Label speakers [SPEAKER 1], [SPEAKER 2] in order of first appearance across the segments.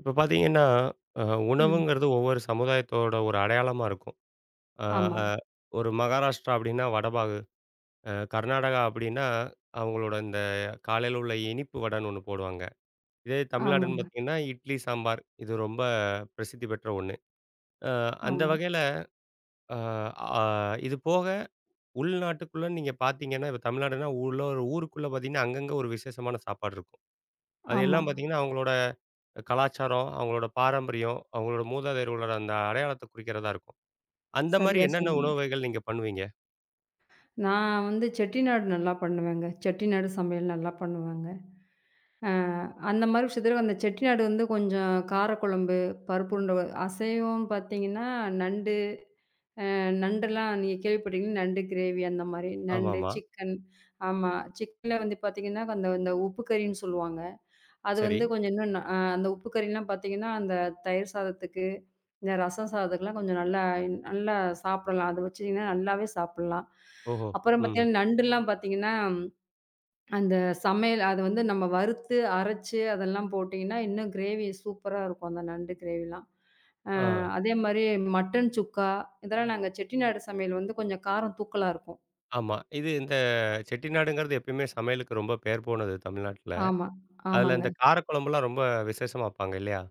[SPEAKER 1] இப்ப பார்த்தீங்கன்னா, அ
[SPEAKER 2] ம்.
[SPEAKER 1] உணவுங்கிறது ஒவ்வொரு சமுதாயத்தோட ஒரு அடையாளமா இருக்கும். அ
[SPEAKER 2] ஆமா.
[SPEAKER 1] அ ஒரு மகாராஷ்டிரா அப்டின்னா வடபாகு, கர்நாடகா அப்டின்னா, அவங்களோட இந்த காலையில உள்ள இனிப்பு வடன்னு ஒண்ணு போடுவாங்க. இதே தமிழ்நாடுன்னு
[SPEAKER 2] ஆமாங்க.
[SPEAKER 1] பார்த்தீங்கன்னா, இட்லி, சாம்பார் இது ரொம்ப பிரசித்தி பெற்ற ஒண்ணு. அ அந்த
[SPEAKER 2] ஆமா,
[SPEAKER 1] வகையில அ ஆ இது போக உள்நாட்டுக்குள்ள நீங்க பார்த்தீங்கன்னா, இப்ப தமிழ்நாடுன்னா உள்ள ஒரு ஊருக்குள்ள பார்த்தீங்கன்னா, அங்கங்க ஒரு விசேஷமான சாப்பாடு இருக்கும். அது
[SPEAKER 2] ஆமா.
[SPEAKER 1] எல்லாம் பார்த்தீங்கன்னா, அவங்களோட கலாச்சாரம், அவங்களோட பாரம்பரியம், அவங்களோட மூதாதையர்களோட அந்த அடையாளத்த குறிக்கிறதா இருக்கும். அந்த மாரி
[SPEAKER 2] சரியா
[SPEAKER 1] என்னென்ன
[SPEAKER 2] சொன்னீங்க.
[SPEAKER 1] உணவு வகைகள் நீங்க பண்ணுவீங்க?
[SPEAKER 2] நான் வந்து செட்டிநாடு நல்லா பண்ணுவேங்க. செட்டிநாடு சமையல் நல்லா பண்ணுவேங்க. அ அந்த மாரி விஷயத்துல அந்த செட்டிநாடு வந்து கொஞ்சம் காரக்குழம்பு, பருப்பு உருண்டை, அசைவம் பார்த்தீங்கன்னா நண்டு அ நண்டெல்லாம் நீங்க கேள்விப்பட்டீங்கன்னா நண்டு கிரேவி அந்த மாரி. நண்டு,
[SPEAKER 1] ஆமாமா.
[SPEAKER 2] சிக்கன். ஆமா. சிக்கன்ல வந்து பார்த்தீங்கன்னா, இந்த உப்பு கறின்னு சொல்லுவாங்க. அது
[SPEAKER 1] சரி.
[SPEAKER 2] வந்து கொஞ்சம் இன்னும் ந அ அந்த உப்பு கறிலாம் பார்த்தீங்கன்னா, அந்த தயிர் சாதத்துக்கு, இந்த ரசம் சாதத்துக்குலாம் கொஞ்சம் நல்லா நல்லா சாப்பிடலாம். அத வச்சிங்கன்னா நல்லாவே சாப்பிடலாம்.
[SPEAKER 1] ஓஹோ!
[SPEAKER 2] அப்புறம்
[SPEAKER 1] ம்.
[SPEAKER 2] பார்த்தீங்கன்னா, நண்டுலாம் பார்த்தீங்கன்னா, அந்த சமையல் அது வந்து நம்ம வறுத்து, அரைச்சு அதெல்லாம் போட்டிங்கன்னா, இன்னும் கிரேவி சூப்பரா இருக்கும் அந்த நண்டு கிரேவிலாம்.
[SPEAKER 1] ஆ.
[SPEAKER 2] அதே மாரி மட்டன் சுக்கா, இதெல்லாம் நாங்க செட்டிநாடு சமையல் வந்து கொஞ்சம் காரம் தூக்கலா இருக்கும்.
[SPEAKER 1] ஆமா. இது இந்த செட்டிநாடுங்கிறது எப்பயுமே சமையலுக்கு ரொம்ப பேர் போனது தமிழ்நாட்டுல.
[SPEAKER 2] ஆமா,
[SPEAKER 1] அதுல
[SPEAKER 2] ஆமாங்க.
[SPEAKER 1] இந்த காரக்குழம்புலாம் ரொம்ப விசேஷமா வப்பாங்க இல்லையா?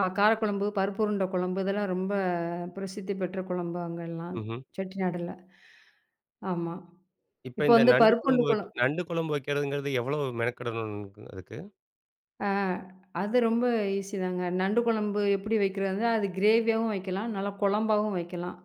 [SPEAKER 2] காரக்குழம்பு, பருப்பு உருண்டை குழம்பு இதெல்லாம் ரொம்ப பிரசித்தி பெற்ற குழம்பு அங்கெல்லாம்
[SPEAKER 1] ம்ஹ்ம்.
[SPEAKER 2] செட்டிநாடுல. ஆமா.
[SPEAKER 1] இப்ப
[SPEAKER 2] இப்ப
[SPEAKER 1] இந்த
[SPEAKER 2] வந்து பருப்புண்டு குழம்
[SPEAKER 1] நண்டு குழம்பு வைக்கிறதுங்கிறது எவ்வளவு மெனக்கெடணும் அதுக்கு?
[SPEAKER 2] ஆ அது ரொம்ப ஈஸி தாங்க. நண்டு குழம்பு எப்படி வைக்கிறதுனா, அது கிரேவியாவும் வைக்கலாம். நல்லா குழம்பாவும் வைக்கலாம்.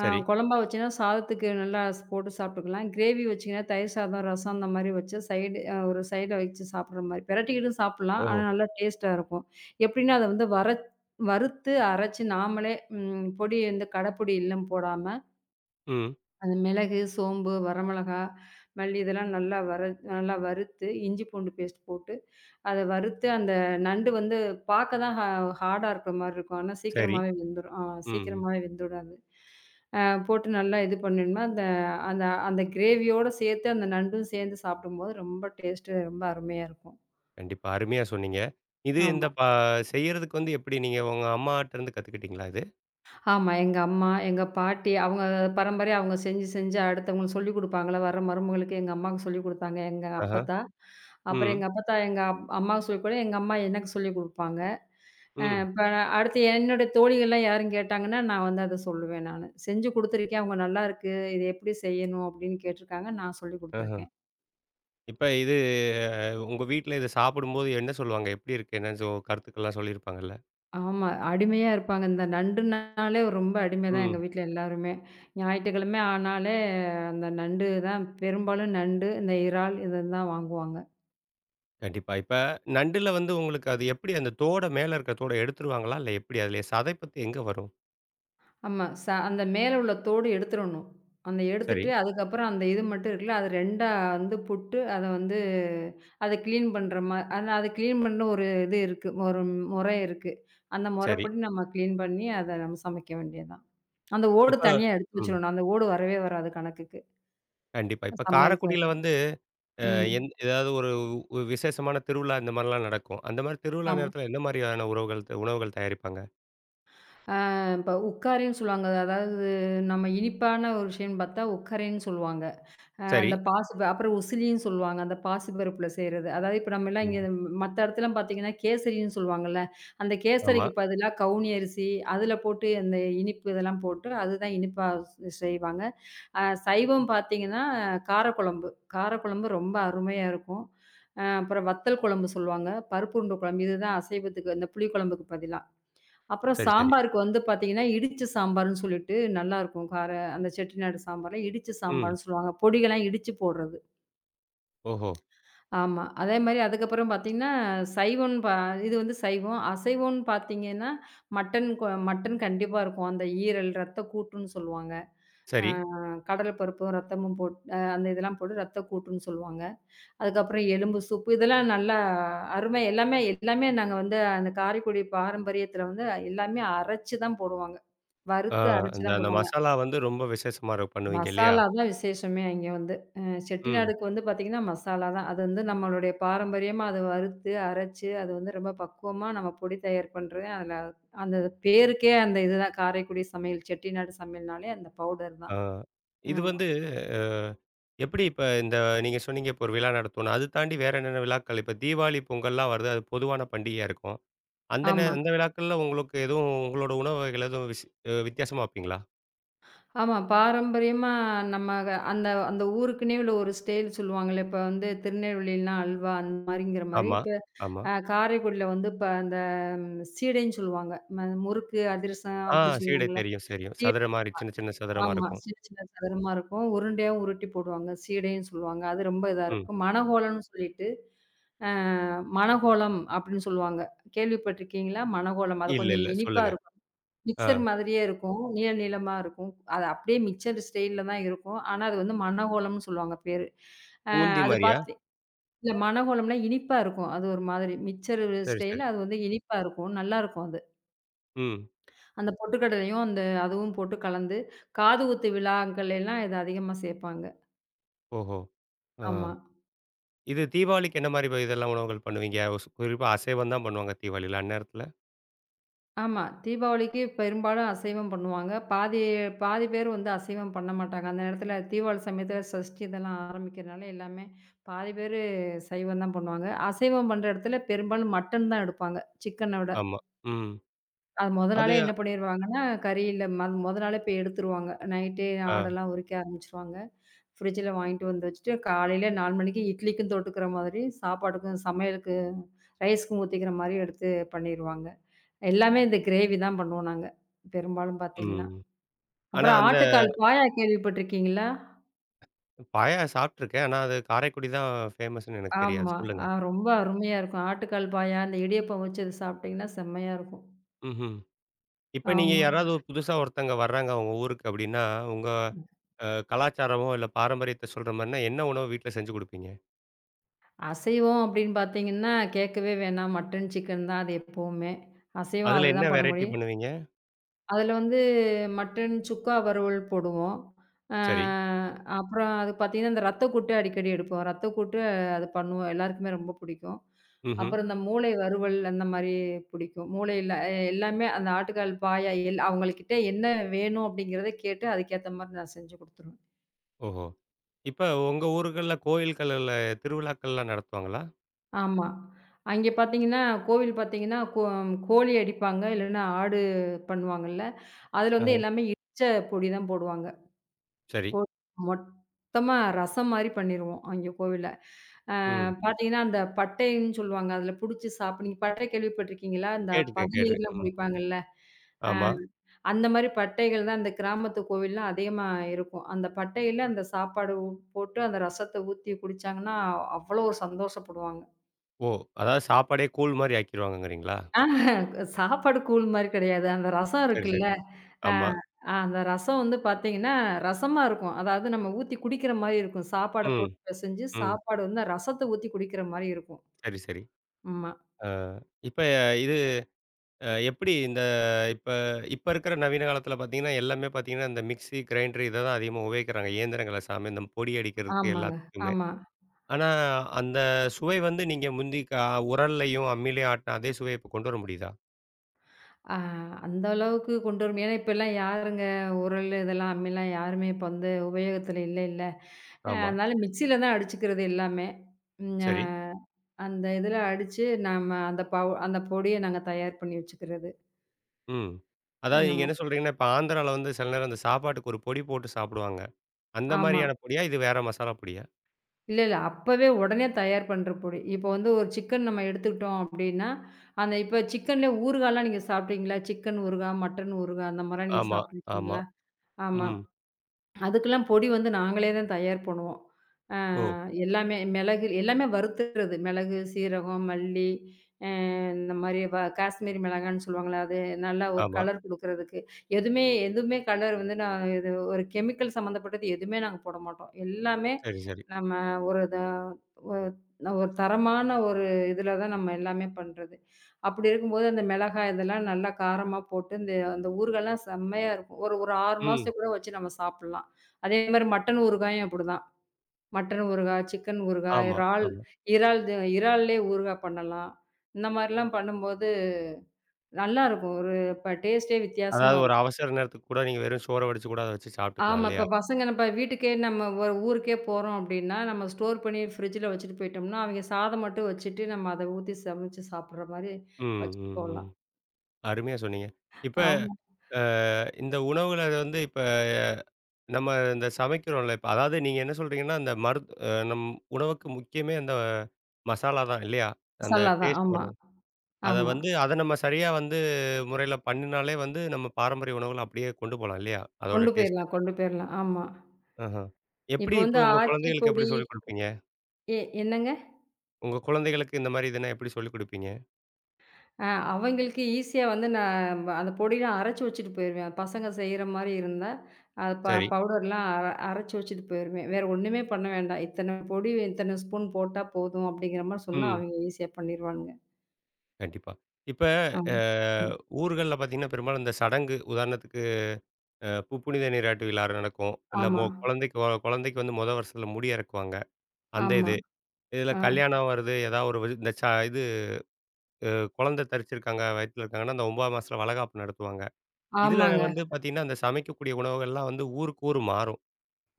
[SPEAKER 2] ஆ
[SPEAKER 1] சரி.
[SPEAKER 2] குழம்பா வச்சீங்கன்னா, சாதத்துக்கு நல்லா ஸ் போட்டு சாப்பிட்டுக்கலாம். கிரேவி வச்சீங்கன்னா, தயிர் சாதம், ரசம் அந்த மாரி வச்சு சைடு அ ஒரு சைடுல வச்சு சாப்பிடுற மாரி. பெரட்டிக்கிட்டும் சாப்பிடலாம்.
[SPEAKER 1] ஓஹோ!
[SPEAKER 2] ஆனா நல்லா டேஸ்ட்டா இருக்கும். எப்படின்னா, அத வந்து வறுத்து அரைச்சு நாமளே இந்த கடைப்பொடி எல்லாம் போடாம,
[SPEAKER 1] ம்.
[SPEAKER 2] அந்த மிளகு, சோம்பு, வரமிளகாய், மல்லி இதெல்லாம் நல்லா வறுத்து, இஞ்சி பூண்டு பேஸ்ட் போட்டு அத வறுத்து அந்த நண்டு வந்து பார்க்க தான் ஹார்டா இருக்கிற மாரி இருக்கும். ஆனா
[SPEAKER 1] சரி.
[SPEAKER 2] சீக்கிரமாவே வெந்துரும்.
[SPEAKER 1] ம்.
[SPEAKER 2] சீக்கிரமாவே வெந்துடாது. அ போட்டு நல்லா இது பண்ணினோம்னா, அந்த அந்த அந்த கிரேவியோட சேர்த்து அந்த நண்டும் சேர்ந்து சாப்பிடும்போது ரொம்ப டேஸ்ட்டு ரொம்ப அருமையா இருக்கும்.
[SPEAKER 1] கண்டிப்பா. அருமையா சொன்னீங்க. இது இந்த
[SPEAKER 2] ஆமா.
[SPEAKER 1] ப செய்யறதுக்கு வந்து எப்படி நீங்க உங்க அம்மாட்டருந்து கத்துக்கிட்டீங்களா இது?
[SPEAKER 2] ஆமா. எங்க அம்மா, எங்க பாட்டி அவங்க பரம்பரையா அவங்க செஞ்சு செஞ்சு அடுத்தவங்களுக்கு சொல்லிக் குடுப்பாங்கள்ல. வர மருமகளுக்கு எங்க அம்மாவுக்கு சொல்லிக் குடுத்தாங்க. எங்க
[SPEAKER 1] ஆஹா.
[SPEAKER 2] அப்பத்தா. அப்புறம்
[SPEAKER 1] ம்.
[SPEAKER 2] எங்க அப்பத்தா எங்க அம்மாவுக்கு சொல்லிக் கூட எங்க அம்மா எனக்கு சொல்லிக் குடுப்பாங்க.
[SPEAKER 1] ம்.
[SPEAKER 2] இப்ப நான் அடுத்து என்னோட தோழிகள்லாம் யாரும் கேட்டாங்கன்னா, நான் வந்து அத சொல்லுவேன் நானு. "செஞ்சு குடுத்துருக்கேன். அவங்க நல்லாருக்கு. இது எப்படி செய்யணும்?" அப்படின்னு கேட்டுருக்காங்க. நான் சொல்லிக்
[SPEAKER 1] ஆஹா.
[SPEAKER 2] குடுத்துருக்கேன்.
[SPEAKER 1] இப்ப இது உங்க வீட்ல இத சாப்பிடும்போது என்ன சொல்லுவாங்க? எப்படி இருக்கு? என்ன சொ கருத்துக்கள்லாம் சொல்லியிருப்பாங்கல்ல?
[SPEAKER 2] ஆமா. அடிமையா இருப்பாங்க. இந்த நண்டுனாலே ரொம்ப அடிமை தான் எங்க
[SPEAKER 1] ம்.
[SPEAKER 2] வீட்ல எல்லாருமே. ஞாயிற்றுக்கிழமை ஆனாலே அந்த நண்டு தான் பெரும்பாலும் நண்டு, இந்த இறால் இததான் வாங்குவாங்க.
[SPEAKER 1] கண்டிப்பா. இப்ப நண்டுல வந்து உங்களுக்கு அது எப்படி அந்த தோட மேல இருக்க தோட எடுத்துருவாங்களா? இல்ல எப்படி? அதுல சதைப்பத்து எங்க வரும்?
[SPEAKER 2] ஆமா. அந்த மேல உள்ள தோடு எடுத்துறணும். அந்த
[SPEAKER 1] சரி,
[SPEAKER 2] எடுத்துட்டு, அதுக்கப்புறம் அந்த இது மட்டும் இருக்குல்ல, அது 2ஆ வந்து புட்டு, அத வந்து அத கிளீன் பண்ற மா ஆனா அத கிளீன் பண்ண ஒரு இது இருக்கு. ஒரு முறை இருக்கு. அந்த
[SPEAKER 1] சரி.
[SPEAKER 2] முறைப்படி நம்ம கிளீன் பண்ணி, அத நம்ம சமைக்க வேண்டியது தான். அந்த ஓடு
[SPEAKER 1] இப்ப
[SPEAKER 2] தனியா எடுத்து
[SPEAKER 1] ம்.
[SPEAKER 2] வச்சுரணும். அந்த ஓடு வரவே வராது கணக்குக்கு.
[SPEAKER 1] கண்டிப்பா. இப்ப
[SPEAKER 2] சமையலுக்கு
[SPEAKER 1] காரக்குடியில
[SPEAKER 2] வராது.
[SPEAKER 1] வந்து அ
[SPEAKER 2] ம்.
[SPEAKER 1] ஏதாவது ஒரு விசேஷமான திருவிழா இந்த மாரிலாம் நடக்கும். அந்த மாரி திருவிழா
[SPEAKER 2] ஆமா.
[SPEAKER 1] நேரத்தில எந்த மாரியான உறவுகள் த உணவுகள் தயாரிப்பாங்க?
[SPEAKER 2] இப்ப உக்காரின்னு சொல்லுவாங்க. அதாவது நம்ம இனிப்பான ஒரு விஷயம்னு பார்த்தா, உக்கரைன்னு சொல்லுவாங்க. அ
[SPEAKER 1] சரி.
[SPEAKER 2] அந்த பாசி ப அப்புறம் உசிலின்னு சொல்லுவாங்க. அந்த பாசி பருப்புல செய்றது. அதாவது இப்ப நம்ம எல்லாம் இங்க
[SPEAKER 1] ம்.
[SPEAKER 2] மத்த இடத்துலலாம் பார்த்தீங்கன்னா, கேசரின்னு சொல்லுவாங்கல்ல. அந்த
[SPEAKER 1] ஆமா.
[SPEAKER 2] கேசரிக்கு பதிலா கவுனி அரிசி, அதுல போட்டு அந்த இனிப்பு இதெல்லாம் போட்டு அதுதான் இனிப்பா செய்வாங்க. சைவம் பார்த்தீங்கன்னா, காரக்குழம்பு. காரக்குழம்பு ரொம்ப அருமையா இருக்கும். அப்புறம் வத்தல் குழம்பு சொல்லுவாங்க. பருப்பு உருண்டை குழம்பு. இதுதான் அசைவத்துக்கு இந்த புளிக்குழம்புக்கு பதிலா. அப்புறம்
[SPEAKER 1] சரி, சரி.
[SPEAKER 2] சாம்பாருக்கு வந்து பார்த்தீங்கன்னா, இடிச்ச சாம்பார்ன்னு சொல்லிட்டு நல்லாருக்கும். அந்த செட்டிநாடு சாம்பார்ல இடிச்ச
[SPEAKER 1] ம்.
[SPEAKER 2] சாம்பார்ன்னு சொல்லுவாங்க. பொடிகள்லாம் இடிச்சு போடுறது.
[SPEAKER 1] ஓஹோ!
[SPEAKER 2] ஆமா. அதே மாரி அதுக்கப்புறம் பார்த்தீங்கன்னா, சைவம்னு பா இது வந்து சைவம். அசைவம்னு பார்த்தீங்கன்னா, மட்டன் கண்டிப்பா இருக்கும். அந்த ஈரல், ரத்த கூட்டுன்னு சொல்லுவாங்க. ஆ
[SPEAKER 1] சரி.
[SPEAKER 2] கடல பருப்பும், ரத்தமும் போட் அ அந்த இதெல்லாம் போட்டு ரத்த கூட்டுன்னு சொல்லுவாங்க. அதுக்கப்புறம் எலும்பு சூப்பு இதெல்லாம் நல்லா அருமை. எல்லாமே எல்லாமே நாங்க வந்து அந்த காரைக்குடி பாரம்பரியத்துல வந்து எல்லாமே அரைச்சு தான் போடுவாங்க.
[SPEAKER 1] ஆ
[SPEAKER 2] வறுத்து அரைச்சு
[SPEAKER 1] அந்த
[SPEAKER 2] தான்
[SPEAKER 1] அந்த
[SPEAKER 2] போடுவாங்க.
[SPEAKER 1] மசாலா வந்து ரொம்ப விசேஷமா பண்ணுவீங்க இல்லையா?
[SPEAKER 2] மசாலா தான் விசேஷமே இங்க வந்து. அ
[SPEAKER 1] ம்.
[SPEAKER 2] செட்டிநாடுக்கு வந்து பார்த்தீங்கன்னா, மசாலா தான். அது வந்து நம்மளுடைய பாரம்பரியமா அத வறுத்து, அரைச்சு அது வந்து ரொம்ப பக்குவமா நம்ம பொடி தயார் பண்றது. அதுல அந்த பேருக்கே அந்த இதுதான் காரைக்குடி சமையல், செட்டிநாடு சமையல்னாலே அந்த பவுடர்
[SPEAKER 1] ஆ.
[SPEAKER 2] தான்.
[SPEAKER 1] இது
[SPEAKER 2] ஆமா,
[SPEAKER 1] வந்து அ எப்படி இப்ப இந்த நீங்க சொன்னீங்க இப்போ ஒரு விழா நடத்துவோம்னு. அது தாண்டி வேற என்னென்ன விழாக்கள்? இப்ப தீபாவளி, பொங்கல்லாம் வருது. அது பொதுவான பண்டிகையா இருக்கும்.
[SPEAKER 2] ஆமா.
[SPEAKER 1] அந்த விழாக்கள்ல உங்களுக்கு எதுவும் உங்களோட உணவு வகைகள் எதுவும் விசி அ வித்தியாசமா வைப்பீங்களா?
[SPEAKER 2] ஆமா. பாரம்பரியமா நம்ம அந்த அந்த ஊருக்குன்னே உள்ள ஒரு ஸ்டைல் சொல்லுவாங்கல்ல. இப்ப வந்து திருநெல்வேலினா அல்வா அந்த மாரிங்கிற மாரி.
[SPEAKER 1] ஆமா,
[SPEAKER 2] இப்ப
[SPEAKER 1] ஆமா.
[SPEAKER 2] காரைக்குடியில வந்து இப்ப அந்த சீடைன்னு சொல்லுவாங்க. முறுக்கு, அதிரசம்
[SPEAKER 1] ஆ
[SPEAKER 2] அப்படி
[SPEAKER 1] சீடை
[SPEAKER 2] சொல்லுவாங்கல்ல.
[SPEAKER 1] தெரியும், தெரியும்.
[SPEAKER 2] சீடை.
[SPEAKER 1] சதுர மாரி சின்ன, சின்ன சதுரமா
[SPEAKER 2] ஆமா.
[SPEAKER 1] இருக்கும்.
[SPEAKER 2] சின்ன சின்ன சதுரமா இருக்கும். உருண்டையாவும் உருட்டி போடுவாங்க. சீடைன்னு சொல்லுவாங்க. அது ரொம்ப இதா
[SPEAKER 1] ம்.
[SPEAKER 2] இருக்கும். மணகோலம்னு சொல்லிட்டு, அ மணகோலம் அப்படின்னு சொல்லுவாங்க. கேள்விப்பட்டிருக்கீங்களா? மணகோலம். அது
[SPEAKER 1] இல்ல,
[SPEAKER 2] கொஞ்சம்
[SPEAKER 1] இல்ல.
[SPEAKER 2] இனிப்பா
[SPEAKER 1] சொல்லுங்க.
[SPEAKER 2] இருக்கும்.
[SPEAKER 1] ஆ.
[SPEAKER 2] மிக்ஸர் மாதிரியே இருக்கும். நீள நீளமா இருக்கும். அது அப்படியே மிக்ஸர் ஸ்டைல்ல தான் இருக்கும். ஆனா அது வந்து மனகோலம்ன்னு சொல்லுவாங்க பேரு. அ
[SPEAKER 1] பூந்தி
[SPEAKER 2] அது
[SPEAKER 1] மாரியா?
[SPEAKER 2] பார்த்து இல்ல மனகோலம்னா இனிப்பா இருக்கும். அது ஒரு மாதிரி மிக்ஸர்
[SPEAKER 1] சரி, சரி.
[SPEAKER 2] ஸ்டைல்ல அது வந்து இனிப்பா இருக்கும். நல்லாருக்கும் அது.
[SPEAKER 1] ம்.
[SPEAKER 2] அந்த பொட்டுக்கடலையும் அந்த அதுவும் போட்டு கலந்து, காது குத்து விழாக்கள் எல்லாம் இத அதிகமா சேர்ப்பாங்க.
[SPEAKER 1] ஓஹோ! ஆ.
[SPEAKER 2] ஆமா.
[SPEAKER 1] இது தீபாவளிக்கு என்ன மாரி இதெல்லாம் உணவுகள் பண்ணுவீங்க? குறிப்பா அசைவம் தான் பண்ணுவாங்க தீபாவளில அந்நேரத்துல.
[SPEAKER 2] ஆமா. தீபாவளிக்கு பெரும்பாலும் அசைவம் பண்ணுவாங்க. பாதி பாதி பேர் வந்து அசைவம் பண்ண மாட்டாங்க. அந்த நேரத்தில தீபாவளி சமயத்தில சஷ்டி இதெல்லாம் ஆரம்பிக்கிறனால எல்லாமே பாதி பேரு சைவம் தான் பண்ணுவாங்க. அசைவம் பண்ற இடத்துல பெரும்பாலும் மட்டன் தான் எடுப்பாங்க, சிக்கன விட.
[SPEAKER 1] ஆமா. ம்.
[SPEAKER 2] அது மொத
[SPEAKER 1] அது
[SPEAKER 2] நாளே என்ன பண்ணிருவாங்கன்னா, கறி இல்ல மொத நாளே போய் எடுத்துருவாங்க. நைட்டே
[SPEAKER 1] ஆ.
[SPEAKER 2] ஆடெல்லாம் உரிக்க ஆரம்பிச்சுருவாங்க. ஃப்ரிட்ஜில வாங்கிட்டு வந்து வச்சுட்டு, காலையில 4 மணிக்கு இட்லிக்கும் தொட்டுக்கிற மாதிரி, சாப்பாட்டுக்கும் சமையலுக்கு ரைஸ்க்கும் ஊத்திக்கிற மாரி எடுத்து பண்ணிருவாங்க. எல்லாமே இந்த கிரேவி தான் பண்ணுவோம் நாங்க. பெரும்பாலும் பார்த்தீங்கன்னா.
[SPEAKER 1] ம். ஆனா
[SPEAKER 2] அப்புறம்
[SPEAKER 1] அந்த
[SPEAKER 2] ஆட்டுக்கால் பாயா கேள்விப்பட்டிருக்கீங்களா?
[SPEAKER 1] பாயா சாப்ட்டுருக்கேன். ஆனா அது காரைக்குடி தான் ஃபேமஸ்ன்னு எனக்கு தெரியாது.
[SPEAKER 2] ஆமா.
[SPEAKER 1] சொல்லுங்க.
[SPEAKER 2] ரொம்ப அருமையா இருக்கும். ஆட்டுக்கால் பாயா, அந்த இடியப்பம் வச்சு அது சாப்பிட்டீங்கன்னா செம்மையா இருக்கும்.
[SPEAKER 1] ம்ஹ்ம். இப்ப நீங்க
[SPEAKER 2] ஆமா.
[SPEAKER 1] யாராவது புதுசா ஒருத்தங்க வர்றாங்க உங்க ஊருக்கு அப்டின்னா, உங்க கலாச்சாரமோ, இல்ல பாரம்பரியத்த சொல்ற மாரின்னா என்ன உணவு வீட்ல செஞ்சு குடுப்பீங்க?
[SPEAKER 2] அசைவம் அப்படின்னு பார்த்தீங்கன்னா, கேட்கவே வேணாம். மட்டன், சிக்கன் தான் அது எப்பவுமே. அசைவம்
[SPEAKER 1] அதுல என்ன
[SPEAKER 2] அதுதான் பண்ண
[SPEAKER 1] வெரைட்டி
[SPEAKER 2] முடியும்.
[SPEAKER 1] பண்ணுவீங்க?
[SPEAKER 2] அதுல வந்து மட்டன் சுக்கா வறுவல் போடுவோம். அ
[SPEAKER 1] சரி.
[SPEAKER 2] அப்புறம் அது பார்த்தீங்கன்னா, இந்த ரத்தக்கூட்டு அடிக்கடி எடுப்போம். ரத்தக்கூட்டு அது பண்ணுவோம். எல்லாருக்குமே ரொம்ப பிடிக்கும்.
[SPEAKER 1] ம்ஹ்ம்.
[SPEAKER 2] அப்புறம் இந்த மூளை வறுவல் அந்த மாரி பிடிக்கும். மூளையில எல்லாமே அந்த ஆட்டுக்கால் பாயா அவங்கள்கிட்ட என்ன வேணும் அப்படிங்கிறத கேட்டு அதுக்கேத்த மாரி நான் செஞ்சு குடுத்துருவேன்.
[SPEAKER 1] ஓஹோ! இப்ப உங்க ஊர்கள்ல கோயில்கள்ல திருவிழாக்கள்லாம் நடத்துவாங்களா?
[SPEAKER 2] ஆமா. அங்கே பார்த்தீங்கன்னா, கோவில் பார்த்தீங்கன்னா, கோழி அடிப்பாங்க. இல்லன்னா ஆடு பண்ணுவாங்கல்ல. அதுல
[SPEAKER 1] ஆஹ.
[SPEAKER 2] வந்து எல்லாமே இடிச்ச பொடி தான் போடுவாங்க.
[SPEAKER 1] சரி.
[SPEAKER 2] போ மொத்தமா ரசம் மாரி பண்ணிருவோம், அங்க கோவில்ல.
[SPEAKER 1] ம்.
[SPEAKER 2] பார்த்தீங்கன்னா, அந்த பட்டைன்னு சொல்லுவாங்க. அதில புடிச்சு நீங்க பட்டை கேள்விப்பட்டுருக்கீங்களா? இந்த
[SPEAKER 1] கேட்டுருக்கேன்,
[SPEAKER 2] பதநீர்லாம்
[SPEAKER 1] கேட்டுருக்கேன். ம்.
[SPEAKER 2] குடிப்பாங்கல்ல.
[SPEAKER 1] ஆமா.
[SPEAKER 2] அந்த மாரி பட்டைகள் தான் அந்த கிராமத்து கோவில்ல அதிகமா இருக்கும். அந்த பட்டையில அந்த சாப்பாடு போட்டு அந்த ரசத்த ஊத்தி குடிச்சாங்கன்னா, அவ்வளோ சந்தோஷப்படுவாங்க.
[SPEAKER 1] ஓ! அதாவது சாப்பாடே கூழ் மாரி ஆக்கிருவாங்கங்கிறீங்களா?
[SPEAKER 2] ஆஹ சாப்பாடு கூழ் மாரி கிடையாது. அந்த ரசம்
[SPEAKER 1] சரி, சரி.
[SPEAKER 2] இருக்குல்ல. ஆ,
[SPEAKER 1] ஆமா.
[SPEAKER 2] அந்த ரசம் வந்து பார்த்தீங்கன்னா, ரசமா இருக்கும். அதாவது நம்ம ஊத்தி குடிக்கிற மாரி இருக்கும். சாப்பாடு
[SPEAKER 1] ம்,
[SPEAKER 2] போட்டு பெசஞ்சு,
[SPEAKER 1] ம்.
[SPEAKER 2] சாப்பாடு வந்து ரசத்த ஊத்தி குடிக்கிற மாரி இருக்கும்.
[SPEAKER 1] சரி, சரி.
[SPEAKER 2] ஆமா.
[SPEAKER 1] ஆ இப்ப இது அ எப்படி இந்த இப்ப இப்ப இருக்கிற நவீன காலத்துல பார்த்தீங்கன்னா, எல்லாமே பார்த்தீங்கன்னா, இந்த மிக்ஸி, கிரைண்டர் இத தான் அதிகமா உபயோகிக்கிறாங்க. இயந்திரங்கள சார்ந்து இந்த பொடி அடிக்கிறதுக்கு
[SPEAKER 2] ஆமாங்க.
[SPEAKER 1] எல்லாத்துக்குமே.
[SPEAKER 2] ஆமா.
[SPEAKER 1] ஆனா, அந்த சுவை வந்து நீங்க முந்தி உரல்லயும், அம்மிலயும் ஆட்டுன அதே சுவைய இப்ப கொண்டு வர முடியுதா?
[SPEAKER 2] ஆ அந்த அளவுக்கு கொண்டு வரும். ஏன்னா, இப்பலாம் உரல் இதெல்லாம் அம்மிலாம் யாருமே இப்ப வந்து உபயோகத்துல இல்லைல்ல.
[SPEAKER 1] ஆமா.
[SPEAKER 2] அதனால மிக்ஸில தான் அடிச்சுக்கிறது எல்லாமே. ம் அ
[SPEAKER 1] சரி.
[SPEAKER 2] அந்த இதுல அடிச்சு, நம்ம அந்த அந்த பொடிய நாங்க தயார் பண்ணி வச்சுக்கிறது.
[SPEAKER 1] ம். அதாவது நீங்க
[SPEAKER 2] ஆமா.
[SPEAKER 1] என்ன சொல்றீங்கன்னா, இப்ப ஆந்திரால வந்து சில நேரம் அந்த சாப்பாட்டுக்கு ஒரு பொடி போட்டு சாப்பிடுவாங்க. அந்த
[SPEAKER 2] ஆமா.
[SPEAKER 1] மாரியான பொடியா? இது வேற மசாலா பொடியா?
[SPEAKER 2] இல்ல, இல்ல. அப்பவே உடனே தயார் பண்ற பொடி. இப்போ வந்து ஒரு சிக்கன் நம்ம எடுத்துக்கிட்டோம் அப்படின்னா, அந்த இப்ப சிக்கன்ல ஊறுகாலாம் நீங்க சாப்பிட்டீங்களா? சிக்கன் ஊறுகாய், மட்டன் ஊறுகாய் அந்த மாரிலாம் நீங்க
[SPEAKER 1] ஆமா, ஆமா.
[SPEAKER 2] சாப்பிட்டுருக்கீங்களா? ஆமா.
[SPEAKER 1] ம்.
[SPEAKER 2] அதுக்கெல்லாம் பொடி வந்து நாங்களே தான் தயார் பண்ணுவோம். அ
[SPEAKER 1] ஓ!
[SPEAKER 2] எல்லாமே மிளகு எல்லாமே வறுத்துறது. மிளகு, சீரகம், மல்லி. அ இந்த மாரி காஷ்மீரி மிளகான்னு சொல்லுவாங்கல்ல, அது நல்லா ஒரு
[SPEAKER 1] ஆமா.
[SPEAKER 2] கலர் குடுக்குறதுக்கு. எதுவுமே எதுவுமே கலர் வந்து நான் இது ஒரு கெமிக்கல் சம்மந்தப்பட்டது எதுவுமே நாங்க போட மாட்டோம். எல்லாமே
[SPEAKER 1] சரி, சரி.
[SPEAKER 2] நம்ம ஒரு இத ஒ ஒரு தரமான ஒரு இதில தான் நம்ம எல்லாமே பண்றது. அப்படி இருக்கும்போது அந்த மிளகாய் இதெல்லாம் நல்லா காரமா போட்டு, இந்த அந்த ஊறுகாய்லாம் செம்மையா இருக்கும். ஒரு ஒரு 6
[SPEAKER 1] ம்.
[SPEAKER 2] மாசம் கூட வச்சு நம்ம சாப்பிடலாம். அதே மாரி மட்டன் ஊறுகாயும் அப்படிதான். மட்டன் ஊறுகாய், சிக்கன் ஊறுகாய்,
[SPEAKER 1] ஆமா,
[SPEAKER 2] இறால்.
[SPEAKER 1] ஆமா.
[SPEAKER 2] இறால் து இறால்லயே ஊறுகாய் பண்ணலாம். இந்த மாரிலாம் பண்ணும்போது நல்லாருக்கும். ஒரு இப்ப டேஸ்ட்டே வித்தியாசமா
[SPEAKER 1] அதாவது ஒரு
[SPEAKER 2] இருக்கும்.
[SPEAKER 1] அவசர நேரத்துக்கு கூட நீங்க வெறும் சோற வடிச்சு கூட அத வச்சு சாப்பிட்டுக்கலாம்
[SPEAKER 2] ஆமா.
[SPEAKER 1] இல்லையா?
[SPEAKER 2] இப்ப பசங்க நம்ம வீட்டுக்கே நம்ம ஒரு ஊருக்கே போறோம் அப்படின்னா, நம்ம ஸ்டோர் பண்ணி ஃப்ரிட்ஜில வச்சுட்டு போயிட்டோம்னா, அவைங்க சாதம் மட்டும் வச்சுட்டு நம்ம அத ஊத்தி சமைச்சு சாப்பிடுற மாரி
[SPEAKER 1] ம்,
[SPEAKER 2] வச்சுட்டு
[SPEAKER 1] ம், ம்.
[SPEAKER 2] போலாம்.
[SPEAKER 1] அருமையா சொன்னீங்க. இப்ப
[SPEAKER 2] ஆமா.
[SPEAKER 1] அ இந்த உணவுகள வந்து இப்ப நம்ம இந்த சமைக்கிறோம்ல இப்ப. அதாவது நீங்க என்ன சொல்றீங்கன்னா, அந்த மருத் அ நம் உணவுக்கு முக்கியமே அந்த மசாலா தான் இல்லையா? அந்த
[SPEAKER 2] மசாலா தான்.
[SPEAKER 1] டேஸ்ட்
[SPEAKER 2] ஆமா,
[SPEAKER 1] வரும். அத
[SPEAKER 2] ஆமா.
[SPEAKER 1] வந்து அத நம்ம சரியா வந்து முறையில பண்ணினாலே வந்து நம்ம பாரம்பரிய உணவுகள அப்படியே கொண்டு போலாம் இல்லையா? அதோட
[SPEAKER 2] கொண்டு
[SPEAKER 1] டேஸ்ட்ட.
[SPEAKER 2] போயிரலாம், கொண்டு போயிரலாம். ஆமா.
[SPEAKER 1] ஆஹா.
[SPEAKER 2] இப்ப
[SPEAKER 1] எப்படி
[SPEAKER 2] வந்து
[SPEAKER 1] இப்ப உங்க
[SPEAKER 2] ஆச்சி
[SPEAKER 1] குழந்தைகளுக்கு எப்படி
[SPEAKER 2] பொடி
[SPEAKER 1] சொல்லிக் குடுப்பீங்க?
[SPEAKER 2] என்னங்க?
[SPEAKER 1] உங்க குழந்தைகளுக்கு இந்த மாரி இதுனா எப்படி சொல்லிக் குடுப்பீங்க?
[SPEAKER 2] அவங்களுக்கு ஈஸியா வந்து அந்த பொடிலாம் அரைச்சு வச்சுட்டு போயிருவேன். பசங்க செய்ற மாரி இருந்தா, அது
[SPEAKER 1] சரி.
[SPEAKER 2] பவுடர்லாம் அரைச்சு வச்சுட்டு போயிருவேன். வேற ஒண்ணுமே பண்ண வேண்டாம். இத்தன பொடி, இத்தன ஸ்பூன் போட்டா போதும் அப்படிங்கிற மாரி சொன்னா,
[SPEAKER 1] ம்.
[SPEAKER 2] அவங்க ஈஸியா பண்ணிருவானுங்க.
[SPEAKER 1] கண்டிப்பா. இப்ப அ
[SPEAKER 2] ஆமா. ம்.
[SPEAKER 1] ஊர்கள்ல பார்த்தீங்கன்னா, பெரும்பாலும் இந்த சடங்கு உதாரணத்துக்கு அ பு புனித நீராட்டு விழா நடக்கும். இல்ல
[SPEAKER 2] ஆமா,
[SPEAKER 1] மொ குழந்தைக்கு குழந்தைக்கு வந்து மொத வருஷத்துல முடி இறக்குவாங்க. அந்த
[SPEAKER 2] ஆமா.
[SPEAKER 1] இது. இதில
[SPEAKER 2] ஆ
[SPEAKER 1] கல்யாணம் வருது, ஏதாவது ஒரு வி- இந்த ச இது குழந்தை தரிச்சிருக்காங்க, வயித்துல இருக்காங்கன்னா, அந்த 9 மாசத்துல வளகாப்பு நடத்துவாங்க. இதில
[SPEAKER 2] ஆமாங்க.
[SPEAKER 1] வந்து பார்த்தீங்கன்னா, அந்த சமைக்கக்கூடிய உணவுகள்லாம் வந்து ஊருக்கு ஊர் மாறும்.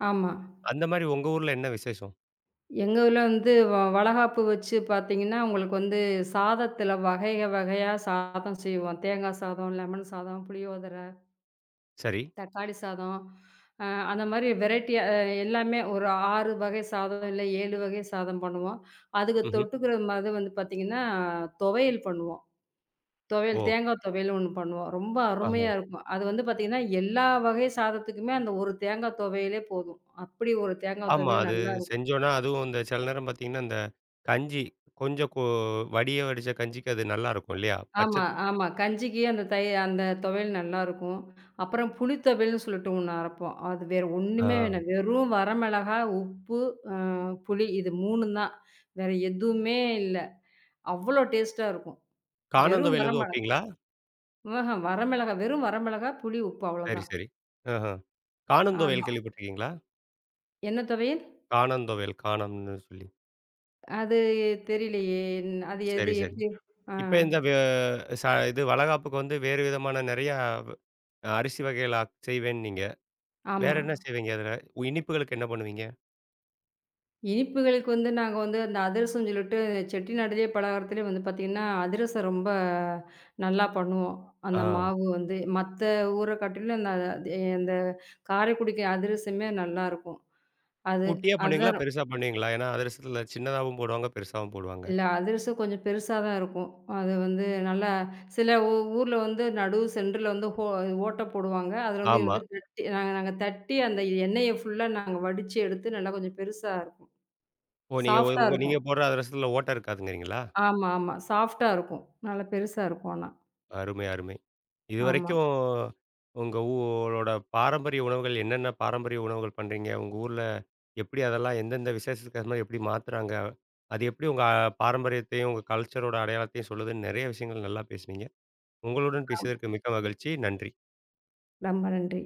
[SPEAKER 2] ஆமா.
[SPEAKER 1] அந்த மாரி உங்க ஊர்ல என்ன விசேஷம்?
[SPEAKER 2] எங்க ஊர்ல வந்து வளகாப்பு வச்சு பார்த்தீங்கன்னா, உங்களுக்கு வந்து சாதத்தில வகை வகையா சாதம் செய்வோம். தேங்காய் சாதம், லெமன் சாதம், புளியோதர,
[SPEAKER 1] சரி.
[SPEAKER 2] தக்காளி சாதம். அ அந்த மாரி வெரைட்டியா எல்லாமே ஒரு 6 வகை சாதம், இல்ல 7 வகை சாதம் பண்ணுவோம். அதுக்கு
[SPEAKER 1] ம்ஹ்ம்.
[SPEAKER 2] தொட்டுக்கிற மாரி வந்து பார்த்தீங்கன்னா, துவையல் பண்ணுவோம். துவையல்
[SPEAKER 1] ஓ!
[SPEAKER 2] தேங்காய் துவையல்னு ஒண்ணு பண்ணுவோம். ரொம்ப
[SPEAKER 1] ஆஹா.
[SPEAKER 2] அருமையா இருக்கும். அது வந்து பார்த்தீங்கன்னா, எல்லா வகை சாதத்துக்குமே அந்த ஒரு தேங்காய் துவையலே போதும். அப்படி ஒரு தேங்காய்
[SPEAKER 1] ஆமா.
[SPEAKER 2] துவையல்
[SPEAKER 1] அது
[SPEAKER 2] நல்லாருக்கும்.
[SPEAKER 1] செஞ்சோன்னா, அதுவும் இந்த சில நேரம் பார்த்தீங்கன்னா, இந்த கஞ்சி கொஞ்சம் கொ வடிய வடிச்ச கஞ்சிக்கு அது நல்லாருக்கும் இல்லையா?
[SPEAKER 2] ஆமா,
[SPEAKER 1] பச்சத்து
[SPEAKER 2] ஆமா. கஞ்சிக்கு அந்த துவையல் நல்லாருக்கும். அப்புறம் புளி துவையல்ன்னு சொல்லிட்டு ஒண்ணு அரைப்போம். அது வேற ஒண்ணுமே
[SPEAKER 1] ஆ.
[SPEAKER 2] வேணாம். வெறும் வரமிளகா, உப்பு, அ புளி இது 3ம் தான். வேற எதுவுமே இல்ல. அவ்வளோ டேஸ்ட்டா இருக்கும். வெறும்
[SPEAKER 1] காணந்தொவையல் எதுவும்
[SPEAKER 2] வரமிளகா
[SPEAKER 1] வைப்பீங்களா?
[SPEAKER 2] வரமிளகா வெறும் வரமிளகா, புளி, உப்பு
[SPEAKER 1] சரி,
[SPEAKER 2] அவ்வளோதான்.
[SPEAKER 1] சரி. ஆஹ. காணந்தொவையல்
[SPEAKER 2] ஆமா.
[SPEAKER 1] கேள்விப்பட்டுருக்கீங்களா?
[SPEAKER 2] என்ன துவையல்?
[SPEAKER 1] காணந்தொவையல், காணம்ன்னு சொல்லி.
[SPEAKER 2] அது தெரியலையே. அது எது
[SPEAKER 1] சரி, சரி.
[SPEAKER 2] எப்படி? ஆ.
[SPEAKER 1] இப்ப இந்த வெ ச இது வளகாப்புக்கு வந்து வேறு விதமான நிறையா வ் அரிசி வகைகள செய்வேன்னீங்க. வேற
[SPEAKER 2] ஆமா.
[SPEAKER 1] என்ன செய்வீங்க அதுல? இனிப்புகளுக்கு என்ன பண்ணுவீங்க?
[SPEAKER 2] இனிப்புகளுக்கு வந்து நாங்க வந்து அந்த அதிரசம்னு சொல்லிட்டு, செட்டிநாடுலயே பலகாரத்திலயே வந்து பார்த்தீங்கன்னா, அதிரசம் ரொம்ப நல்லா பண்ணுவோம்.
[SPEAKER 1] ஆ.
[SPEAKER 2] அந்த மாவு வந்து மத்த ஊர காட்டிலும் அந்த அது அந்த காரைக்குடிக்கு அதிரசமே நல்லாருக்கும். அது
[SPEAKER 1] குட்டியா பண்ணுவீங்களா?
[SPEAKER 2] அதுதான்
[SPEAKER 1] பெருசா பண்ணுவீங்களா? ஏன்னா அதிரசத்துல சின்னதாவும் போடுவாங்க, பெருசாவும் போடுவாங்க.
[SPEAKER 2] இல்ல அதிரசம் கொஞ்சம் பெருசா தான் இருக்கும். அது வந்து நல்லா சில ஊர்ல வந்து நடு சென்டர்ல வந்து ஓட்டை போடுவாங்க. அதில வந்து இது
[SPEAKER 1] ஆமா.
[SPEAKER 2] வந்து தட்டி நாங்க நாங்க தட்டி அந்த எண்ணெய ஃபுல்லா நாங்க வடிச்சு எடுத்து நல்லா கொஞ்சம் பெருசா இருக்கும்.
[SPEAKER 1] ஓ! நீங்க
[SPEAKER 2] சாஃப்ட்டா
[SPEAKER 1] நீங்க
[SPEAKER 2] இருக்கும்.
[SPEAKER 1] போடுற அதிரசத்துல ஓட்டை இருக்காதுங்கிறீங்களா?
[SPEAKER 2] ஆமா, ஆமா. சாஃப்ட்டா இருக்கும். நல்லா பெருசா இருக்கும் ஆனா.
[SPEAKER 1] அருமை, அருமை.
[SPEAKER 2] ஆமா.
[SPEAKER 1] இதுவரைக்கும் உங்க ஊரோட பாரம்பரிய உணவுகள் என்னென்ன பாரம்பரிய உணவுகள் பண்றீங்க? உங்க ஊர்ல எப்படி அதெல்லாம் எந்தெந்த விசேஷத்துக்கு ஏத்த மாரி எப்படி மாத்துறாங்க? அது எப்படி உங்க பாரம்பரியத்தையும், உங்க கல்ச்சரோட அடையாளத்தையும் சொல்லுதுன்னு நிறைய விஷயங்கள் நல்லா பேசுனீங்க. உங்களுடன்
[SPEAKER 2] ஆமா.
[SPEAKER 1] பேசியதற்கு மிக்க மகிழ்ச்சி. நன்றி.
[SPEAKER 2] ரொம்ப நன்றி.